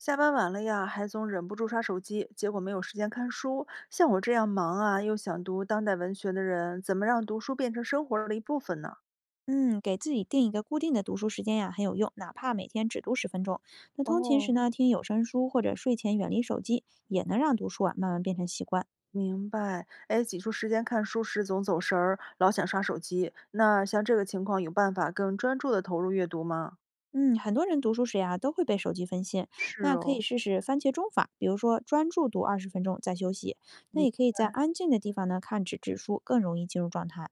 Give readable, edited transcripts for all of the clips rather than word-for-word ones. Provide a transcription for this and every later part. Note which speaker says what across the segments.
Speaker 1: 下班晚了呀，还总忍不住刷手机，结果没有时间看书。像我这样忙啊，又想读当代文学的人，怎么让读书变成生活的一部分呢？
Speaker 2: 嗯，给自己定一个固定的读书时间呀，很有用，哪怕每天只读十分钟。那通勤时
Speaker 1: 哦，
Speaker 2: 呢，听有声书或者睡前远离手机，也能让读书啊慢慢变成习惯。
Speaker 1: 明白。哎，挤出时间看书时总走神儿，老想刷手机。那像这个情况，有办法更专注的投入阅读吗？
Speaker 2: 嗯，很多人读书时呀都会被手机分心，
Speaker 1: 是
Speaker 2: 那可以
Speaker 1: 哦，
Speaker 2: 试试番茄钟法，比如说专注读20分钟再休息。那
Speaker 1: 明
Speaker 2: 也可以在
Speaker 1: 白。
Speaker 2: 安静的地方呢看纸质书，更容易进入状态。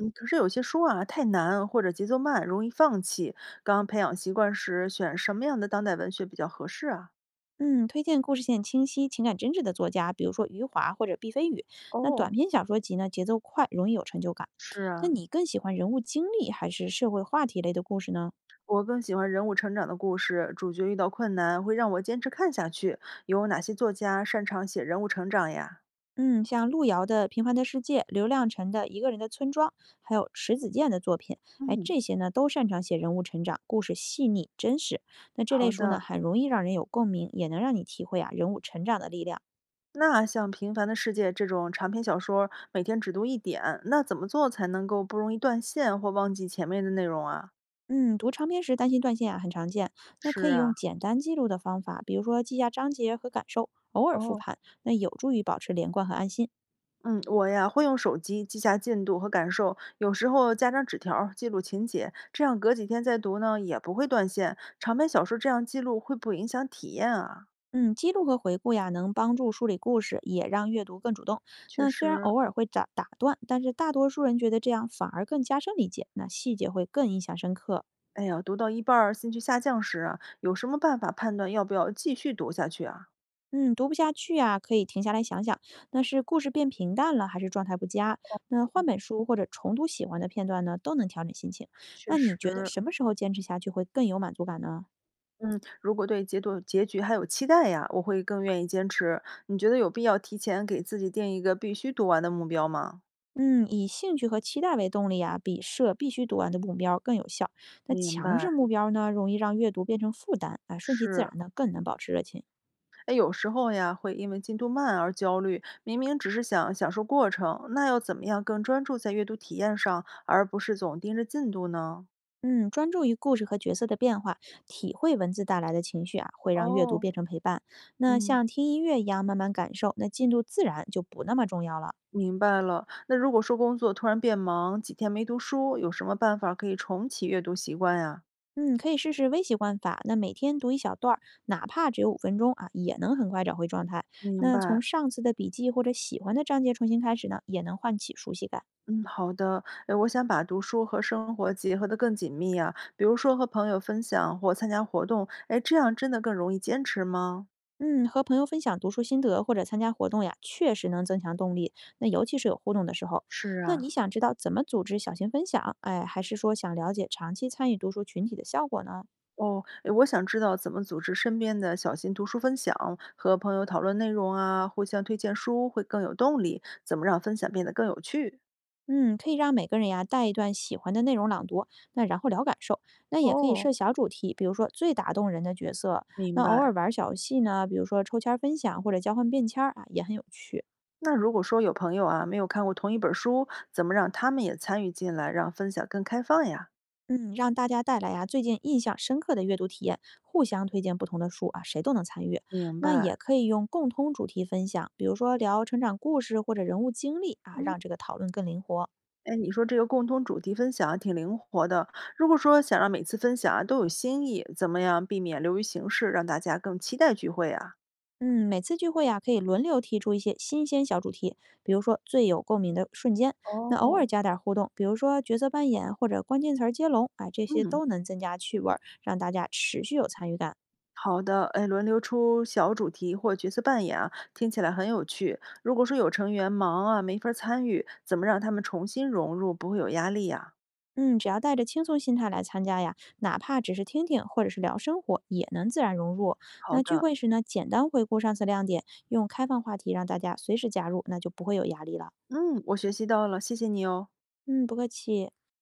Speaker 1: 嗯，可是有些书啊太难或者节奏慢，容易放弃。刚培养习惯时，选什么样的当代文学比较合适啊？
Speaker 2: 嗯，推荐故事线清晰、情感真挚的作家，比如说余华或者毕飞宇。那短
Speaker 1: 哦，
Speaker 2: 篇小说集呢，节奏快，容易有成就感。
Speaker 1: 是
Speaker 2: 那
Speaker 1: 啊，
Speaker 2: 你更喜欢人物经历还是社会话题类的故事呢？
Speaker 1: 我更喜欢人物成长的故事，主角遇到困难会让我坚持看下去。有哪些作家擅长写人物成长呀？
Speaker 2: 嗯，像路遥的《平凡的世界》，刘亮程的《一个人的村庄》，还有迟子健的作品，哎，
Speaker 1: 嗯，
Speaker 2: 这些呢都擅长写人物成长，故事细腻真实。那这
Speaker 1: 好
Speaker 2: 类书呢，
Speaker 1: 的，
Speaker 2: 很容易让人有共鸣，也能让你体会啊人物成长的力量。
Speaker 1: 那像《平凡的世界》这种长篇小说，每天只读一点，那怎么做才能够不容易断线或忘记前面的内容啊？
Speaker 2: 嗯，读长篇时担心断线啊，很常见。那可
Speaker 1: 是
Speaker 2: 以
Speaker 1: 啊，
Speaker 2: 用简单记录的方法，比如说记下章节和感受，偶尔复
Speaker 1: 哦，
Speaker 2: 盘，那有助于保持连贯和安心。
Speaker 1: 嗯，我呀会用手机记下进度和感受，有时候加张纸条儿记录情节，这样隔几天再读呢也不会断线。长篇小说这样记录会不会影响体验啊？
Speaker 2: 嗯，记录和回顾呀，能帮助梳理故事，也让阅读更主动。
Speaker 1: 确
Speaker 2: 那虽然
Speaker 1: 实，
Speaker 2: 偶尔会打断，但是大多数人觉得这样反而更加深理解，那细节会更印象深刻。
Speaker 1: 哎呀，读到一半儿兴趣下降时啊，有什么办法判断要不要继续读下去啊？
Speaker 2: 嗯，读不下去啊，可以停下来想想，那是故事变平淡了，还是状态不佳？那换本书或者重读喜欢的片段呢，都能调整心情。
Speaker 1: 确
Speaker 2: 那你觉得
Speaker 1: 实，
Speaker 2: 什么时候坚持下去会更有满足感呢？
Speaker 1: 嗯，如果对结果结局还有期待呀，我会更愿意坚持。你觉得有必要提前给自己定一个必须读完的目标吗？
Speaker 2: 嗯，以兴趣和期待为动力啊，比设必须读完的目标更有效。那
Speaker 1: 明
Speaker 2: 强
Speaker 1: 白，
Speaker 2: 制目标呢，容易让阅读变成负担啊，顺其自
Speaker 1: 是，
Speaker 2: 然呢，更能保持热情。
Speaker 1: 哎，有时候呀，会因为进度慢而焦虑，明明只是想享受过程，那要怎么样更专注在阅读体验上，而不是总盯着进度呢？
Speaker 2: 嗯，专注于故事和角色的变化，体会文字带来的情绪啊，会让阅读
Speaker 1: 哦，
Speaker 2: 变成陪伴。那
Speaker 1: 嗯。
Speaker 2: 像听音乐一样慢慢感受，那进度自然就不那么重要了。
Speaker 1: 明白了。那如果说工作突然变忙，几天没读书，有什么办法可以重启阅读习惯呀？
Speaker 2: 嗯，可以试试微习惯法，那每天读一小段儿，哪怕只有5分钟啊，也能很快找回状态。
Speaker 1: 明
Speaker 2: 那
Speaker 1: 白。
Speaker 2: 从上次的笔记或者喜欢的章节重新开始呢，也能唤起熟悉感。
Speaker 1: 嗯，好的。诶，我想把读书和生活结合得更紧密呀，比如说和朋友分享或参加活动，诶，这样真的更容易坚持吗？
Speaker 2: 嗯，和朋友分享读书心得或者参加活动呀，确实能增强动力。那尤其是有互动的时候，
Speaker 1: 是
Speaker 2: 那你
Speaker 1: 啊。
Speaker 2: 想知道怎么组织小型分享，哎，还是说想了解长期参与读书群体的效果呢？
Speaker 1: 哦，诶，我想知道怎么组织身边的小型读书分享，和朋友讨论内容啊，互相推荐书会更有动力，怎么让分享变得更有趣？
Speaker 2: 嗯，可以让每个人呀带一段喜欢的内容朗读，那然后聊感受。那也可以
Speaker 1: 哦，
Speaker 2: 设小主题，比如说最打动人的角色。
Speaker 1: 明
Speaker 2: 那偶
Speaker 1: 白。
Speaker 2: 尔玩儿小游戏呢，比如说抽签儿分享或者交换便签儿啊，也很有趣。
Speaker 1: 那如果说有朋友啊，没有看过同一本书，怎么让他们也参与进来，让分享更开放呀？
Speaker 2: 嗯，让大家带来呀、最近印象深刻的阅读体验，互相推荐不同的书啊，谁都能参与。
Speaker 1: 明
Speaker 2: 那
Speaker 1: 白。
Speaker 2: 也可以用共通主题分享，比如说聊成长故事或者人物经历啊，
Speaker 1: 嗯，
Speaker 2: 让这个讨论更灵活。
Speaker 1: 哎，你说这个共同主题分享还挺灵活的。如果说想让每次分享啊都有新意，怎么样避免流于形式，让大家更期待聚会啊？
Speaker 2: 嗯，每次聚会呀、可以轮流提出一些新鲜小主题，比如说最有共鸣的瞬间。那偶
Speaker 1: 哦，
Speaker 2: 尔加点互动，比如说角色扮演或者关键词儿接龙，啊，这些
Speaker 1: 嗯，
Speaker 2: 都能增加趣味儿，让大家持续有参与感。
Speaker 1: 好的，哎，轮流出小主题或角色扮演啊，听起来很有趣。如果说有成员忙啊，没法儿参与，怎么让他们重新融入，不会有压力呀？
Speaker 2: 嗯，只要带着轻松心态来参加呀，哪怕只是听听或者是聊生活，也能自然融入。
Speaker 1: 好
Speaker 2: 那聚
Speaker 1: 的，
Speaker 2: 会时呢，简单回顾上次亮点，用开放话题让大家随时加入，那就不会有压力了。
Speaker 1: 嗯，我学习到了，谢谢你哦。
Speaker 2: 嗯，不客气。